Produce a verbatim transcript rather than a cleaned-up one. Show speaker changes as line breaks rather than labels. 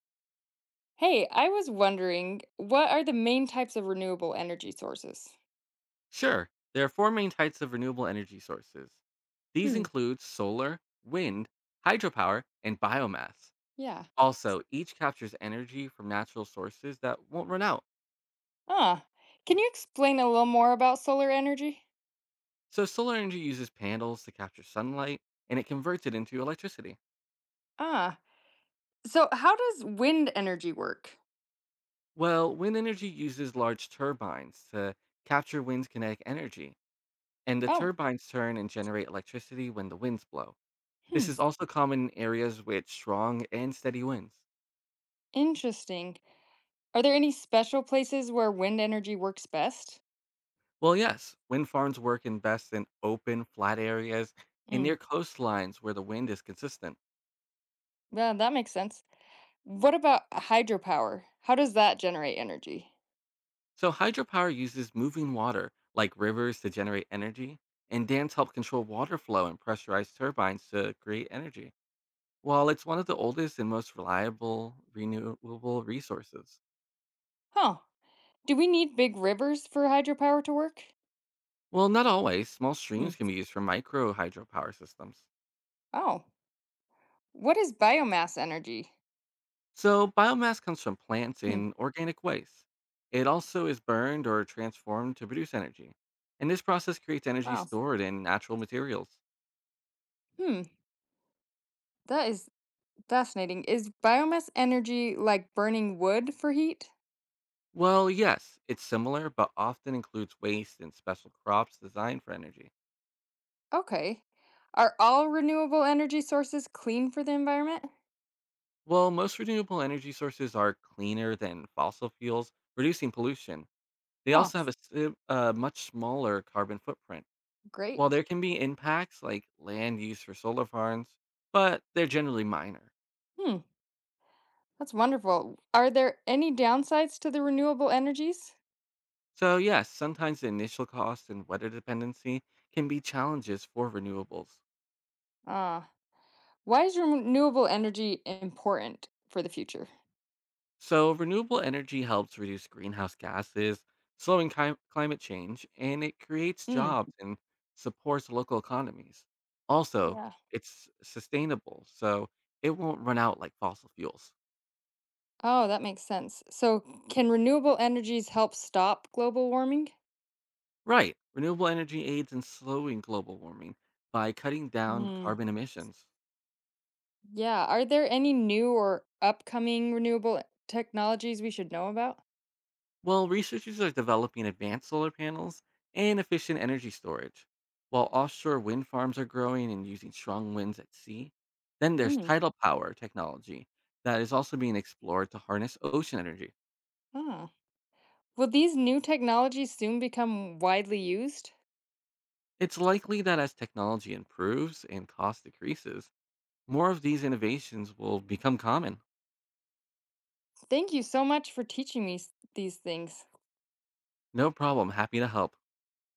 Hey, I was wondering, what are the main types of renewable energy sources?
Sure, there are four main types of renewable energy sources. These
Hmm.
include solar, wind, hydropower, and biomass.
Yeah.
Also, each captures energy from natural sources that won't run out.
Ah, can you explain a little more about solar energy?
So, solar energy uses panels to capture sunlight and it converts it into electricity.
Ah, so how does wind energy work?
Well, wind energy uses large turbines to capture wind's kinetic energy, and the
Oh,
turbines turn and generate electricity when the winds blow.
hmm,
This is also common in areas with strong and steady winds.
interesting. Are there any special places where wind energy works best?
Well, yes, wind farms work in best in open, flat areas and
Hmm,
near coastlines where the wind is consistent.
yeah, that makes sense. What about hydropower? How does that generate energy?
So, hydropower uses moving water, like rivers, to generate energy, and dams help control water flow and pressurized turbines to create energy. While it's one of the oldest and most reliable renewable resources.
Huh. Do we need big rivers for hydropower to work?
Well, not always. Small
Hmm.
streams can be used for micro hydropower systems.
Oh, what is biomass energy?
So, biomass comes from plants
Hmm.
in organic waste. It also is burned or transformed to produce energy. And this process creates energy
Wow.
stored in natural materials.
Hmm. That is fascinating. Is biomass energy like burning wood for heat?
Well, yes, it's similar, but often includes waste and special crops designed for energy.
Okay. Are all renewable energy sources clean for the environment?
While most renewable energy sources are cleaner than fossil fuels, reducing pollution. They
Oh,
also have a, sim- a much smaller carbon footprint.
great.
While there can be impacts like land use for solar farms, but they're generally minor.
Hmm. That's wonderful. Are there any downsides to the renewable energies?
So, yes, sometimes the initial cost and weather dependency can be challenges for renewables.
Ah, why is renewable energy important for the future?
So, renewable energy helps reduce greenhouse gases, slowing cli- climate change, and it creates
Mm,
jobs and supports local economies. Also,
yeah.
it's sustainable, so it won't run out like fossil fuels.
Oh, that makes sense. So, can renewable energies help stop global warming?
Right, renewable energy aids in slowing global warming by cutting down carbon emissions.
Yeah. Are there any new or upcoming renewable technologies we should know about?
Well, researchers are developing advanced solar panels and efficient energy storage. While offshore wind farms are growing and using strong winds at sea, then there's
Mm.
tidal power technology that is also being explored to harness ocean energy.
Ah. Will these new technologies soon become widely used?
It's likely that as technology improves and cost decreases, more of these innovations will become common.
Thank you so much for teaching me s- these things.
No problem, happy to help.